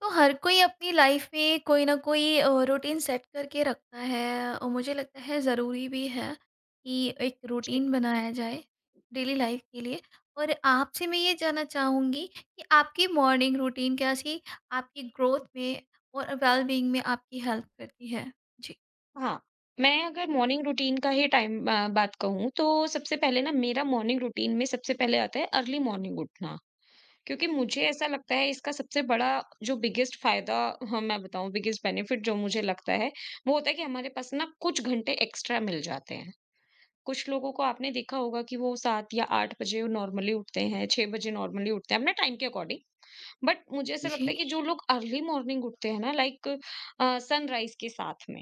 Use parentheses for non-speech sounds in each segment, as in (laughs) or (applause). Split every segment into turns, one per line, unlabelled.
तो हर कोई अपनी लाइफ में कोई ना कोई रूटीन सेट करके रखता है और मुझे लगता है ज़रूरी भी है कि एक
जी,
रूटीन बनाया जाए डेली लाइफ के लिए। और आपसे मैं ये जानना चाहूँगी कि आपकी मॉर्निंग रूटीन कैसी आपकी ग्रोथ में और वेलबींग में आपकी हेल्प करती है। जी
हाँ। मैं अगर मॉर्निंग रूटीन का ही टाइम बात कहूँ तो सबसे पहले ना मेरा मॉर्निंग रूटीन में सबसे पहले आता है अर्ली मॉर्निंग उठना। क्योंकि मुझे ऐसा लगता है इसका सबसे बड़ा जो बिगेस्ट फ़ायदा, हाँ, मैं बताऊँ बिगेस्ट बेनिफिट जो मुझे लगता है, वो होता है कि हमारे पास ना कुछ घंटे एक्स्ट्रा मिल जाते हैं। कुछ लोगों को आपने देखा होगा कि वो 7 या 8 बजे नॉर्मली उठते हैं, 6 बजे नॉर्मली उठते हैं, अपने टाइम के अकॉर्डिंग। बट मुझे ऐसा
जी
लगता है कि जो लोग अर्ली मॉर्निंग उठते हैं ना, लाइक सनराइज के साथ में,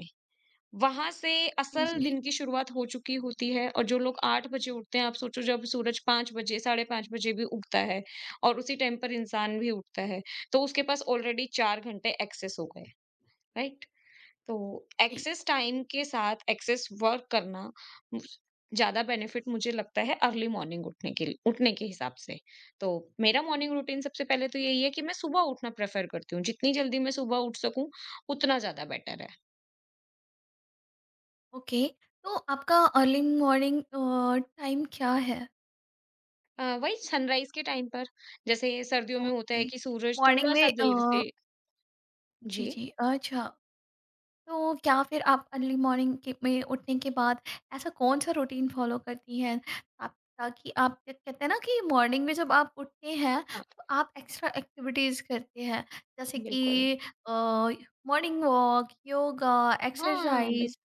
वहां से
जी
असल
जी
दिन की शुरुआत हो चुकी होती है। और जो लोग आठ बजे उठते हैं, आप सोचो जब सूरज पांच बजे, साढ़े पांच बजे भी उगता है और उसी टाइम पर इंसान भी उठता है, तो उसके पास ऑलरेडी चार घंटे एक्सेस हो गए, राइट? तो
जी।
एक्सेस टाइम के साथ एक्सेस वर्क करना, मुझ- ज्यादा बेनिफिट मुझे लगता है अर्ली मॉर्निंग उठने के लिए, उठने के हिसाब से। तो मेरा मॉर्निंग रूटीन सबसे पहले तो यही है कि मैं सुबह उठना प्रेफर करती हूँ। जितनी जल्दी मैं सुबह उठ सकूं, उतना ज्यादा बेटर है।
ओके, तो आपका अर्ली मॉर्निंग टाइम क्या है?
वही सनराइज के टाइम पर, जैसे सर्दियों में होता
ओके।
है कि सूरज
मॉर्निंग
थोड़ा
में
सा देर से।
जी
जी,
जी अच्छा। तो क्या फिर आप अर्ली मॉर्निंग के में उठने के बाद ऐसा कौन सा रूटीन फॉलो करती हैं आप, ताकि आप क्या कहते हैं ना कि मॉर्निंग में जब आप उठते हैं
हाँ,
तो आप एक्स्ट्रा एक्टिविटीज़ करते हैं, जैसे कि
बिल्कुल,
मॉर्निंग वॉक, योगा,
हाँ,
एक्सरसाइज।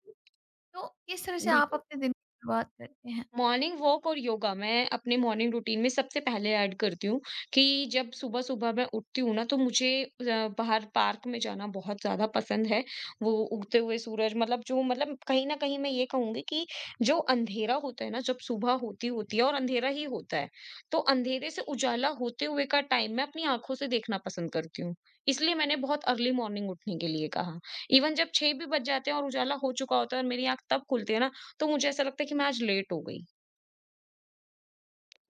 तो किस तरह से आप
बिल्कुल।
अपने दिन की शुरुआत करते हैं?
मॉर्निंग वॉक और योगा मैं अपने मॉर्निंग रूटीन में सबसे पहले ऐड करती हूँ कि जब सुबह-सुबह मैं उठती हूँ ना, तो मुझे बाहर पार्क में जाना बहुत ज़्यादा पसंद है। वो उगते हुए सूरज, मतलब जो, मतलब कहीं न कहीं मैं ये कहूँगी कि जो अंधेरा होता है ना, जब सुबह होती-होती है और अंधेरा ही होता है, तो अंधेरे से उजाला होते हुए का टाइम मैं अपनी आँखों से देखना पसंद करती हूँ। इसलिए मैंने बहुत अर्ली मॉर्निंग उठने के लिए कहा। इवन जब 6 भी बज जाते हैं और उजाला हो चुका होता है और मेरी आँख तब खुलती है ना, तो मुझे ऐसा लगता है कि मैं आज लेट हो गई।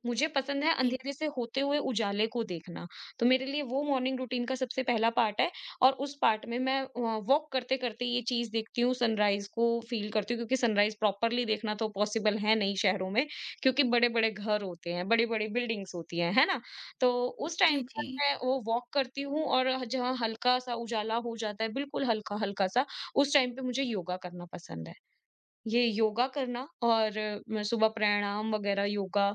मुझे पसंद है
ओके।
अंधेरे से होते हुए उजाले को देखना। तो मेरे लिए वो मॉर्निंग रूटीन का सबसे पहला पार्ट है। और उस पार्ट में मैं वॉक करते-करते ये चीज़ देखती हूँ, सनराइज़ को फ़ील करती हूँ, क्योंकि सनराइज़ प्रॉपरली देखना तो पॉसिबल है नहीं शहरों में, क्योंकि बड़े-बड़े घर होते हैं, बड़ी-बड़ी बिल्डिंग्स होती हैं, है ना? तो उस
जी
टाइम पर
जी
मैं वो वॉक करती हूँ और जहाँ हल्का-सा उजाला हो जाता है, बिल्कुल हल्का-हल्का सा, उस टाइम पे मुझे योगा करना पसंद है। ये योगा करना और मैं सुबह प्राणायाम वगैरह, योगा,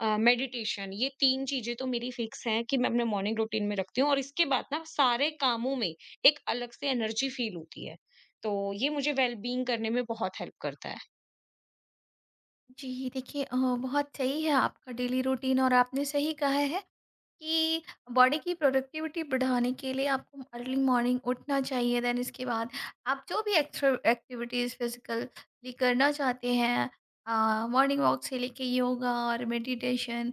मेडिटेशन, ये तीन चीजें तो मेरी फिक्स हैं कि मैं अपने मॉर्निंग रूटीन में रखती हूँ। और इसके बाद ना सारे कामों में एक अलग से एनर्जी फील होती है। तो ये मुझे वेलबींग करने में बहुत हेल्प करता है।
जी, देखिए बहुत सही है आपका डेली रूटीन और आपने सही कहा है कि बॉडी की प्रोडक्टिविटी बढ़ाने के लिए आपको अर्ली मॉर्निंग उठना चाहिए। देन इसके बाद आप जो भी एक्स्ट्रा एक्टिविटीज़ फिजिकली करना चाहते हैं, मॉर्निंग वॉक से लेके योगा और मेडिटेशन,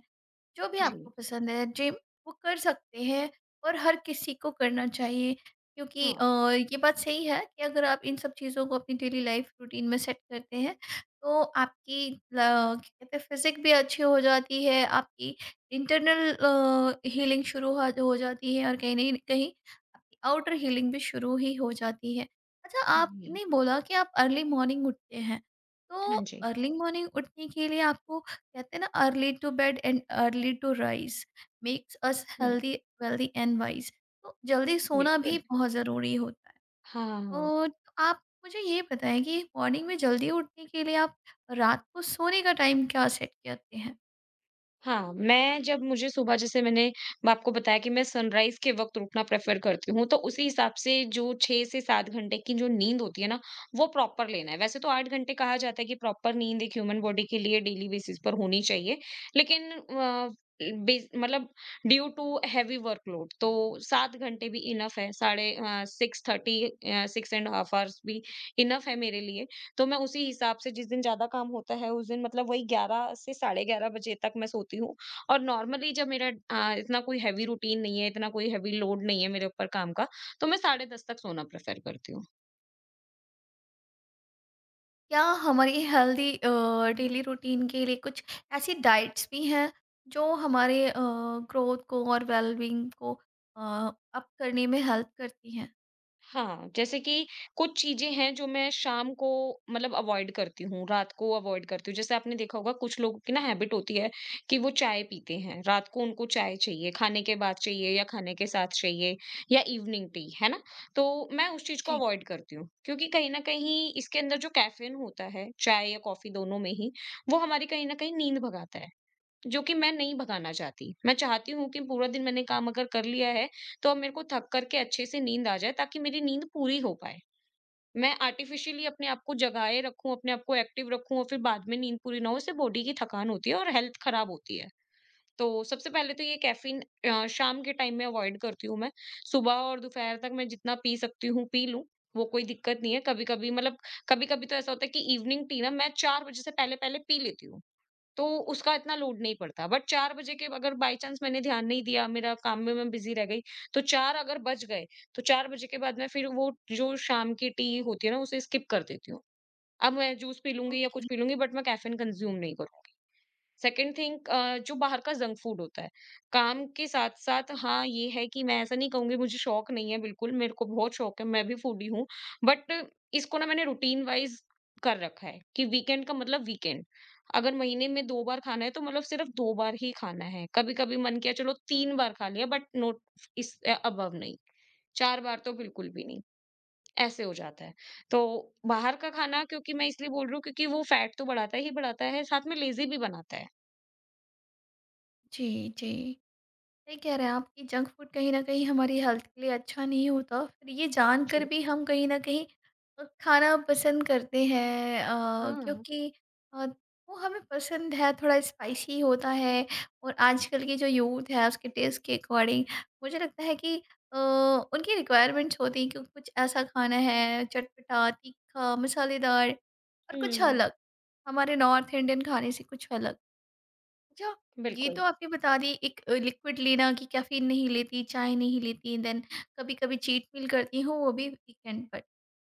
जो भी
जी,
आपको पसंद है, जिम, वो कर सकते हैं और हर किसी को करना चाहिए। क्योंकि
हाँ,
ये बात सही है कि अगर आप इन सब चीज़ों को अपनी डेली लाइफ रूटीन में सेट करते हैं, तो आपकी क्या कहते हैं, फिजिक भी अच्छी हो जाती है, आपकी इंटरनल हीलिंग शुरू हो जाती है और कहीं नहीं कहीं आपकी आउटर हीलिंग भी शुरू ही हो जाती है। अच्छा,
जी,
आपने बोला कि आप अर्ली मॉर्निंग उठते हैं, तो
हाँ, जी,
अर्ली मॉर्निंग उठने के लिए आपको, कहते हैं ना, early to bed and early to rise, makes us
hmm,
healthy, wealthy and wise. तो जल्दी सोना भी
बिल्कुल,
बहुत ज़रूरी होता है।
हाँ।
तो आप मुझे ये बताएं कि मॉर्निंग में जल्दी उठने के लिए आप रात को सोने का टाइम क्या सेट करते हैं?
हाँ, मैं जब, मुझे सुबह, जैसे मैंने मैं आपको बताया कि मैं सनराइज़ के वक़्त उठना प्रेफ़र करती हूँ, तो उसी हिसाब से जो 6 से 7 घंटे की जो नींद होती है ना, वो प्रॉपर लेना है। वैसे तो 8 घंटे कहा जाता है कि प्रॉपर नींद एक ह्यूमन बॉडी के लिए डेली बेसिस पर होनी चाहिए, लेकिन बेस मतलब ड्यू टू हेवी वर्कलोड तो 7 घंटे भी इनफ़ है, साढ़े 6:30, 6 एंड हाफ आवर्स भी इनफ़ है मेरे लिए। तो मैं उसी हिसाब से, जिस दिन ज़्यादा काम होता है, उस दिन मतलब वही 11 से साढ़े 11 बजे तक मैं सोती हूँ। और नॉर्मली जब मेरा इतना कोई हेवी रूटीन नहीं है, इतना कोई हेवी लोड नहीं है मेरे ऊपर काम का, तो मैं साढ़े 10 तक सोना प्रेफ़र करती हूँ।
क्या हमारी हेल्दी डेली रूटीन के लिए कुछ ऐसी डाइट्स भी हैं जो हमारे ग्रोथ को और वेलबींग को अप करने में हेल्प करती हैं?
हाँ, जैसे कि कुछ चीज़ें हैं जो मैं शाम को, मतलब अवॉइड करती हूँ, रात को अवॉइड करती हूँ। जैसे आपने देखा होगा, कुछ लोगों की ना हैबिट होती है कि वो चाय पीते हैं, रात को उनको चाय चाहिए, खाने के बाद चाहिए या खाने के साथ चाहिए, या इवनिंग टी, है ना? तो मैं उस चीज़ को
जी।
अवॉइड करती हूँ, क्योंकि कहीं न कहीं इसके अंदर जो कैफ़ीन होता है, चाय या कॉफ़ी दोनों में ही, वो हमारी कहीं न कहीं नींद भगाता है। जो कि मैं नहीं भगाना चाहती। मैं चाहती हूँ कि पूरा दिन मैंने काम अगर कर लिया है, तो अब मेरे को थक कर के अच्छे से नींद आ जाए, ताकि मेरी नींद पूरी हो पाए। मैं आर्टिफ़िशियली अपने आप को जगाए रखूँ, अपने आप को एक्टिव रखूँ और फिर बाद में नींद पूरी ना हो, इससे बॉडी की थकान होती है और हेल्थ ख़राब होती है। तो सबसे पहले तो ये कैफ़ीन शाम के टाइम में अवॉइड करती हूँ मैं। सुबह और दोपहर तक मैं जितना पी सकती हूँ, पी लूँ, वो कोई दिक्कत नहीं है। कभी-कभी मतलब, कभी-कभी तो ऐसा होता है कि इवनिंग टी ना मैं 4 बजे से पहले-पहले पी लेती हूँ। तो उसका इतना लोड नहीं पड़ता। बट 4 बजे के अगर बाय चांस मैंने ध्यान नहीं दिया, मेरा काम में मैं बिज़ी रह गई, तो 4 अगर बज गए, तो 4 बजे के बाद मैं फिर वो जो शाम की टी होती है ना, उसे स्किप कर देती हूँ। अब मैं जूस पी लूँगी या कुछ
ओके।
पी लूँगी, बट मैं कैफ़ीन कंज़्यूम नहीं करूँगी। सेकंड थिंग, जो बाहर का जंक फूड होता है, काम के साथ साथ, हाँ, ये है कि मैं ऐसा नहीं कहूंगी मुझे शौक नहीं है, बिल्कुल, मेरे को बहुत शौक है, मैं भी फूडी हूँ, बट इसको ना मैंने रूटीन वाइज कर रखा है कि वीकेंड का मतलब वीकेंड। अगर महीने में दो बार खाना है, तो मतलब सिर्फ दो बार ही खाना है। कभी कभी मन किया, चलो तीन बार खा लिया, बट नोट इस अबव, नहीं, चार बार तो बिल्कुल भी नहीं। ऐसे हो जाता है। तो बाहर का खाना, क्योंकि मैं इसलिए बोल रही हूँ क्योंकि वो फैट तो बढ़ाता ही बढ़ाता है, साथ में लेजी भी बनाता है।
जी जी, सही कह रहे हैं आप कि जंक फूड कहीं न कहीं हमारी हेल्थ के लिए अच्छा नहीं होता। फिर ये जानकर
जी,
भी हम कहीं न कहीं खाना पसंद करते हैं,
हाँ।
क्योंकि अ, वो हमें पसंद है, थोड़ा स्पाइसी होता है और आजकल की जो यूथ है उसके टेस्ट के अकॉर्डिंग मुझे लगता है कि अ, उनकी रिक्वायरमेंट्स होती हैं कि कुछ ऐसा खाना है चटपटा, तीखा, मसालेदार और कुछ
हुँ,
अलग। हमारे नॉर्थ इंडियन खाने से कुछ अलग। अच्छा, ये
बिल्कुल,
तो आपने बता दी एक लिक्विड लेना कि कैफ़ीन नहीं लेती, चाय नहीं लेती, देन कभी-कभी चीट मील करती हूँ, वो भी वीकेंड पर।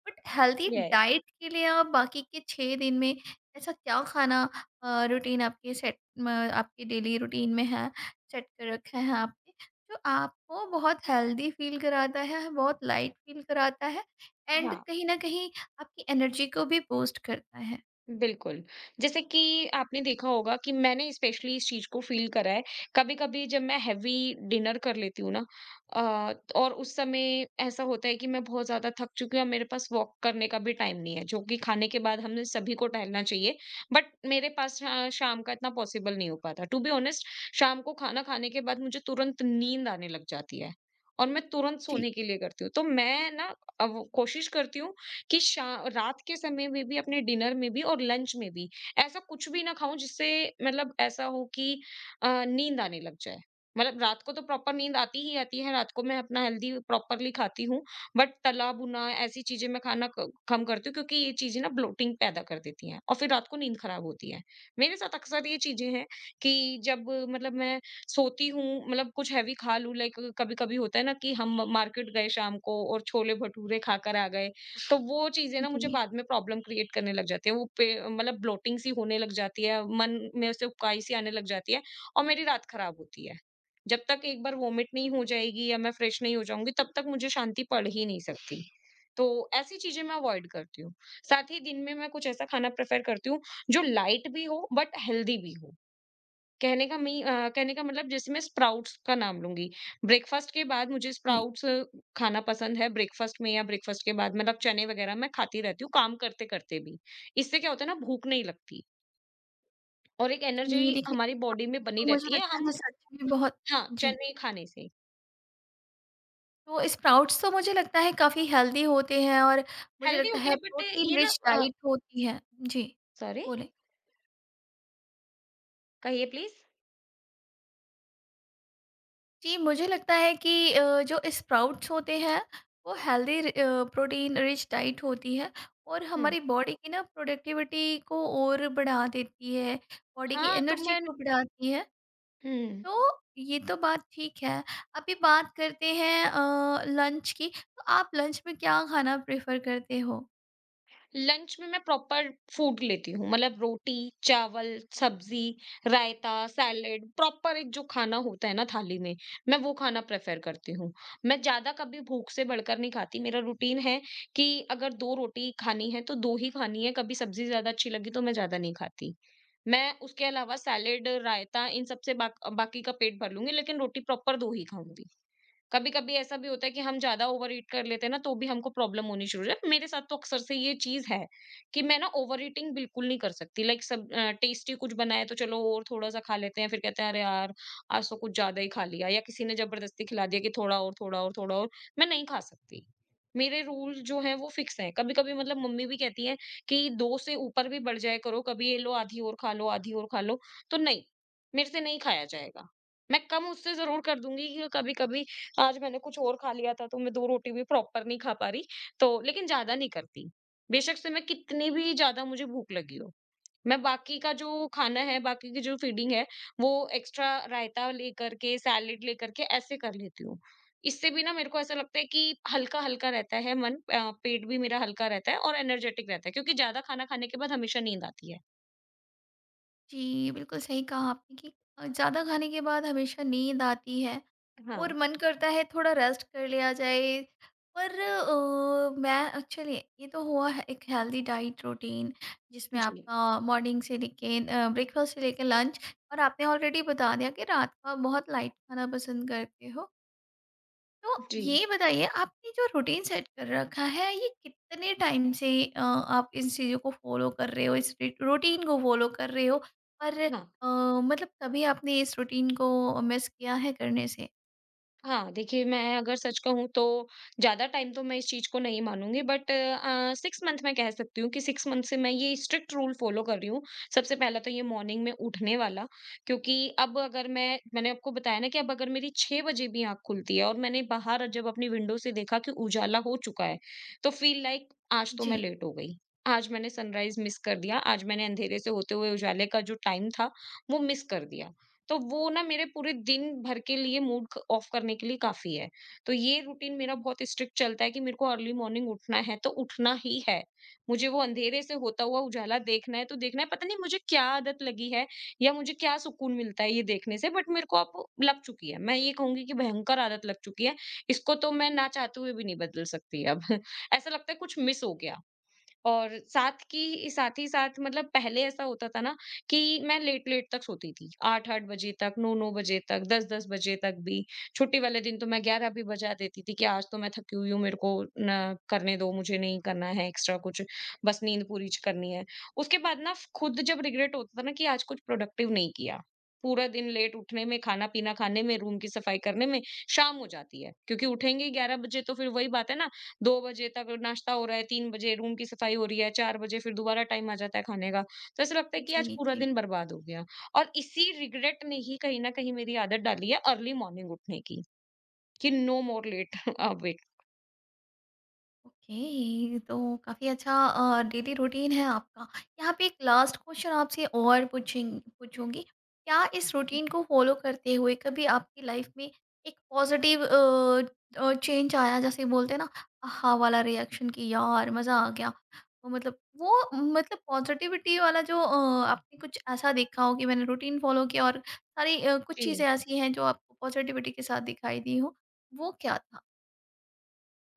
But healthy
yes.
डाइट के लिए आप बाकी के 6 दिन में ऐसा क्या खाना, रूटीन आपके सेट, म आपके डेली रूटीन में है, सेट कर रखा है आपने, जो आपको बहुत हेल्दी फ़ील कराता है, बहुत लाइट फ़ील कराता है एंड
हाँ,
कहीं न कहीं आपकी एनर्जी को भी बूस्ट करता है?
बिल्कुल। जैसे कि आपने देखा होगा, कि मैंने स्पेशली इस चीज़ को फ़ील करा है। कभी-कभी जब मैं हेवी डिनर कर लेती हूँ ना, अ, और उस समय ऐसा होता है कि मैं बहुत ज़्यादा थक चुकी हूँ और मेरे पास वॉक करने का भी टाइम नहीं है, जो कि खाने के बाद हमने सभी को टहलना चाहिए। बट मेरे पास शाम का इतना पॉसिबल नहीं हो पाता। टू बी ऑनेस्ट, शाम को खाना खाने के बाद मुझे तुरंत नींद आने लग जाती है और मैं तुरंत
जी।
सोने के लिए करती हूँ। तो मैं ना अब कोशिश करती हूँ कि शा रात के समय में भी, अपने डिनर में भी और लंच में भी, ऐसा कुछ भी ना खाऊं, जिससे मतलब ऐसा हो कि नींद आने लग जाए। मतलब रात को तो प्रॉपर नींद आती ही आती है, रात को मैं अपना हेल्दी प्रॉपरली खाती हूँ, बट तला भुना ऐसी चीजें मैं खाना कम करती हूँ, क्योंकि ये चीजें ना ब्लोटिंग पैदा कर देती हैं और फिर रात को नींद खराब होती है। मेरे साथ अक्सर ये चीजें हैं कि जब, मतलब मैं सोती हूँ, मतलब कुछ हैवी खा लूं, लाइक कभी कभी होता है ना कि हम मार्केट गए शाम को और छोले भटूरे खाकर आ गए, तो वो चीज़ें
जी,
ना
जी,
मुझे
जी,
बाद में प्रॉब्लम क्रिएट करने लग जाती है। वो पे मतलब ब्लोटिंग सी होने लग जाती है, मन में से उबकाई सी आने लग जाती है और मेरी रात खराब होती है। जब तक एक बार वॉमिट नहीं हो जाएगी या मैं फ्रेश नहीं हो जाऊँगी, तब तक मुझे शांति पड़ ही नहीं सकती। तो ऐसी चीज़ें मैं अवॉइड करती हूँ। साथ ही दिन में मैं कुछ ऐसा खाना प्रेफ़र करती हूँ जो लाइट भी हो बट हेल्दी भी हो। कहने का मतलब जैसे मैं स्प्राउट्स का नाम लूँगी। ब्रेकफ़ास्ट के बाद मुझे
जी।
स्प्राउट्स खाना पसंद है, ब्रेकफ़ास्ट में या ब्रेकफ़ास्ट के बाद, मतलब चने वग़ैरह मैं खाती रहती हूँ, काम करते-करते भी। इससे क्या होता है ना, भूख नहीं लगती और एक
जी,
एनर्जी
देखिए,
हमारी बॉडी में बनी
तो मुझे
रहती है।
लगता
हम,
है सच में बहुत।
हाँ,
जी।
चने खाने से।
तो स्प्राउट्स तो मुझे लगता है काफ़ी हेल्दी होते हैं और मुझे
हेल्दी
लगता
होते
है
हैं, बट
प्रोटीन
ये ना
रिच
अ,
डाइट होती है। जी,
सॉरी?
बोलें।
कहिए प्लीज़?
जी, मुझे लगता है कि जो स्प्राउट्स होते हैं वो हेल्दी प्रोटीन रिच डाइट होती है और
हुँ।
हमारी बॉडी की ना प्रोडक्टिविटी को और बढ़ा देती है, बॉडी की
हाँ, तो
एनर्जी
मैं
को बढ़ाती है।
हुँ।
तो ये तो बात ठीक है। अभी बात करते हैं लंच की, तो आप लंच में क्या खाना प्रेफ़र करते हो?
लंच में मैं प्रॉपर फूड लेती हूँ, मतलब रोटी, चावल, सब्जी, रायता, सैलेड, प्रॉपर एक जो खाना होता है ना थाली में, मैं वो खाना प्रेफर करती हूँ। मैं ज्यादा कभी भूख से बढ़कर नहीं खाती। मेरा रूटीन है कि अगर दो रोटी खानी है तो दो ही खानी है। कभी सब्जी ज्यादा अच्छी लगी तो मैं ज्यादा नहीं खाती। मैं उसके अलावा सैलेड, रायता, इन सबसे बाकी का पेट भर लूंगी, लेकिन रोटी प्रॉपर दो ही खाऊंगी। कभी कभी ऐसा भी होता है कि हम ज्यादा ओवर ईट कर लेते हैं ना, तो भी हमको प्रॉब्लम होनी शुरू हो जाती है। मेरे साथ तो अक्सर से ये चीज है कि मैं ना ओवर ईटिंग बिल्कुल नहीं कर सकती। लाइक सब टेस्टी कुछ बनाए तो चलो और थोड़ा सा खा लेते हैं, फिर कहते हैं अरे यार आज तो कुछ ज्यादा ही खा लिया, या किसी ने जबरदस्ती खिला दिया कि थोड़ा और थोड़ा और थोड़ा और, मैं नहीं खा सकती। मेरे रूल जो है वो फिक्स हैं। कभी कभी मतलब मम्मी भी कहती है कि दो से ऊपर भी बढ़ जाया करो, कभी ये लो आधी और खा लो, आधी और खा लो, तो नहीं, मेरे से नहीं खाया जाएगा। मैं कम उससे जरूर कर दूंगी कि कभी कभी आज मैंने कुछ और खा लिया था तो मैं 2 रोटी भी प्रॉपर नहीं खा पा रही, तो लेकिन ज़्यादा नहीं करती। बेशक से मैं कितनी भी ज़्यादा मुझे भूख लगी हो, मैं बाकी का जो खाना है, बाकी की जो फीडिंग है, वो एक्स्ट्रा रायता लेकर के, सैलेड लेकर के ऐसे कर लेती हूँ। इससे भी ना मेरे को ऐसा लगता है कि हल्का-हल्का रहता है मन, पेट भी मेरा हल्का रहता है और एनर्जेटिक रहता है, क्योंकि ज़्यादा खाना खाने के बाद हमेशा नींद आती है।
जी, बिल्कुल सही कहा आपने कि ज़्यादा खाने के बाद हमेशा नींद आती है और
हाँ।
मन करता है थोड़ा रेस्ट कर लिया जाए। पर मैं एक्चुअली, ये तो हुआ है एक हेल्दी डाइट रूटीन जिसमें
जी।
आपका मॉर्निंग से लेके ब्रेकफ़ास्ट से लेके लंच, और आपने ऑलरेडी बता दिया कि रात का बहुत लाइट खाना पसंद करते हो। तो
जी।
ये बताइए, आपने जो रूटीन सेट कर रखा है ये कितने टाइम से आप इन चीज़ों को फॉलो कर रहे हो, इस रूटीन को फॉलो कर रहे हो और
हाँ।
मतलब कभी आपने इस रूटीन को मिस किया है करने से?
हाँ, देखिए, मैं अगर सच कहूँ तो ज़्यादा टाइम तो मैं इस चीज़ को नहीं मानूँगी, बट 6 मंथ, मैं कह सकती हूँ कि 6 मंथ से मैं ये स्ट्रिक्ट रूल फ़ॉलो कर रही हूँ। सबसे पहला तो ये मॉर्निंग में उठने वाला, क्योंकि अब अगर मैंने आपको बताया ना कि अब अगर मेरी 6 बजे भी आँख खुलती है और मैंने बाहर जब अपनी विंडो से देखा कि उजाला हो चुका है, तो फ़ील लाइक आज तो
जी
मैं लेट हो गई। आज मैंने सनराइज़ मिस कर दिया, आज मैंने अंधेरे से होते हुए उजाले का जो टाइम था, वो मिस कर दिया। तो वो ना मेरे पूरे दिन भर के लिए मूड क ऑफ करने के लिए काफ़ी है। तो ये रूटीन मेरा बहुत स्ट्रिक्ट चलता है कि मेरे को अर्ली मॉर्निंग उठना है तो उठना ही है। मुझे वो अंधेरे से होता हुआ उजाला देखना है तो देखना है, पता नहीं मुझे क्या आदत लगी है या मुझे क्या सुकून मिलता है ये देखने से, बट मेरे को अब लग चुकी है। मैं ये कहूँगी कि भयंकर आदत लग चुकी है। इसको तो मैं ना चाहते हुए भी नहीं बदल सकती अब। (laughs) ऐसा लगता है कुछ मिस हो गया। और साथ की साथ ही साथ मतलब पहले ऐसा होता था ना कि मैं लेट लेट तक सोती थी, 8-8 बजे तक, 9-9 बजे तक, 10-10 बजे तक भी। छुट्टी वाले दिन तो मैं 11 भी बजा देती थी कि आज तो मैं थकी हुई हूँ, मेरे को ना करने दो, मुझे नहीं करना है एक्स्ट्रा कुछ, बस नींद पूरी ज करनी है। उसके बाद ना खुद जब रिग्रेट होता था ना कि आज कुछ प्रोडक्टिव नहीं किया, पूरा दिन लेट उठने में, खाना पीना खाने में, रूम की सफाई करने में शाम हो जाती है, क्योंकि उठेंगे 11 बजे तो फिर वही बात है ना, 2 बजे तक नाश्ता हो रहा है, 3 बजे रूम की सफाई हो रही है, 4 बजे फिर दोबारा टाइम आ जाता है खाने का। तो ऐसा लगता है कि आज
जी
पूरा
जी।
दिन बर्बाद हो गया, और इसी रिग्रेट ने ही कहीं न कहीं मेरी आदत डाली है अर्ली मॉर्निंग उठने की, कि no more late awake. (laughs)
Okay, तो काफ़ी अच्छा डेली रूटीन है आपका। यहाँ पे एक लास्ट क्वेश्चन आपसे और पूछेंगी, पूछूंगी, क्या इस रूटीन को फॉलो करते हुए कभी आपकी लाइफ में एक पॉजिटिव चेंज आया, जैसे बोलते हैं ना, आहा वाला रिएक्शन कि यार मज़ा आ गया, वो मतलब पॉजिटिविटी वाला, जो आपने कुछ ऐसा देखा हो कि मैंने रूटीन फॉलो किया और सारी कुछ चीज़ें
जी।
ऐसी हैं जो आपको पॉजिटिविटी के साथ दिखाई दी हो, वो क्या था?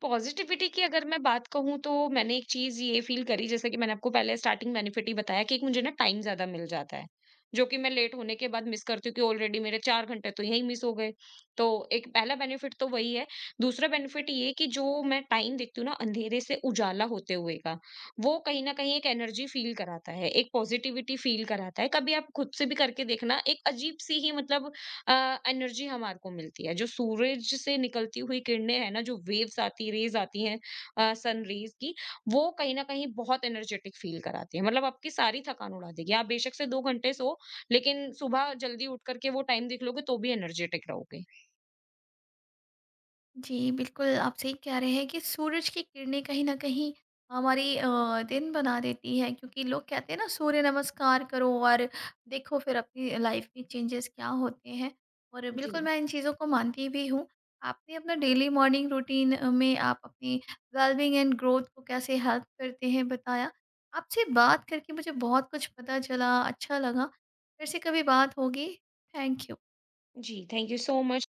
पॉज़िटिविटी की अगर मैं बात कहूँ तो मैंने एक चीज़ ये फ़ील करी, जैसे कि मैंने आपको पहले स्टार्टिंग बेनिफिट ही बताया कि एक मुझे ना टाइम ज़्यादा मिल जाता है, जो कि मैं लेट होने के बाद मिस करती हूँ, कि ऑलरेडी मेरे 4 घंटे तो यहीं मिस हो गए। तो एक पहला बेनिफिट तो वही है, दूसरा बेनिफिट ये कि जो मैं टाइम देखती हूँ ना अंधेरे से उजाला होते हुए का, वो कहीं न कहीं एक एनर्जी फ़ील कराता है, एक पॉज़िटिविटी फ़ील कराता है। कभी आप खुद से भी करके देखना, एक अजीब-सी ही मतलब अ, एनर्जी हमारे को मिलती है। जो सूरज से निकलती हुई किरणें हैं ना, जो वेव्स आती रेज़ आती हैं सन रेज़ की, वो कहीं न कहीं बहुत एनर्जेटिक फ़ील कराती हैं। मतलब आपकी सारी थकान उड़ा देगी। आप बेशक से 2 घंटे सोओ, लेकिन सुबह जल्दी उठ कर के वो टाइम देख लोगे, तो भी एनर्जेटिक रहोगे।
जी, बिल्कुल, आप सही कह रहे हैं कि सूरज की किरणें कहीं न कहीं हमारी दिन बना देती हैं, क्योंकि लोग कहते हैं ना, सूर्य नमस्कार करो और देखो फिर अपनी लाइफ़ में चेंजेस क्या होते हैं। और
जी।
बिल्कुल मैं इन चीज़ों को मानती भी हूँ। आपने अपना डेली मॉर्निंग रूटीन में आप अपनी वेलबीइंग एंड ग्रोथ को कैसे हेल्प करते हैं बताया। आपसे बात करके मुझे बहुत कुछ पता चला, अच्छा लगा। फिर से कभी बात होगी। Thank you.
जी, थैंक यू सो मच।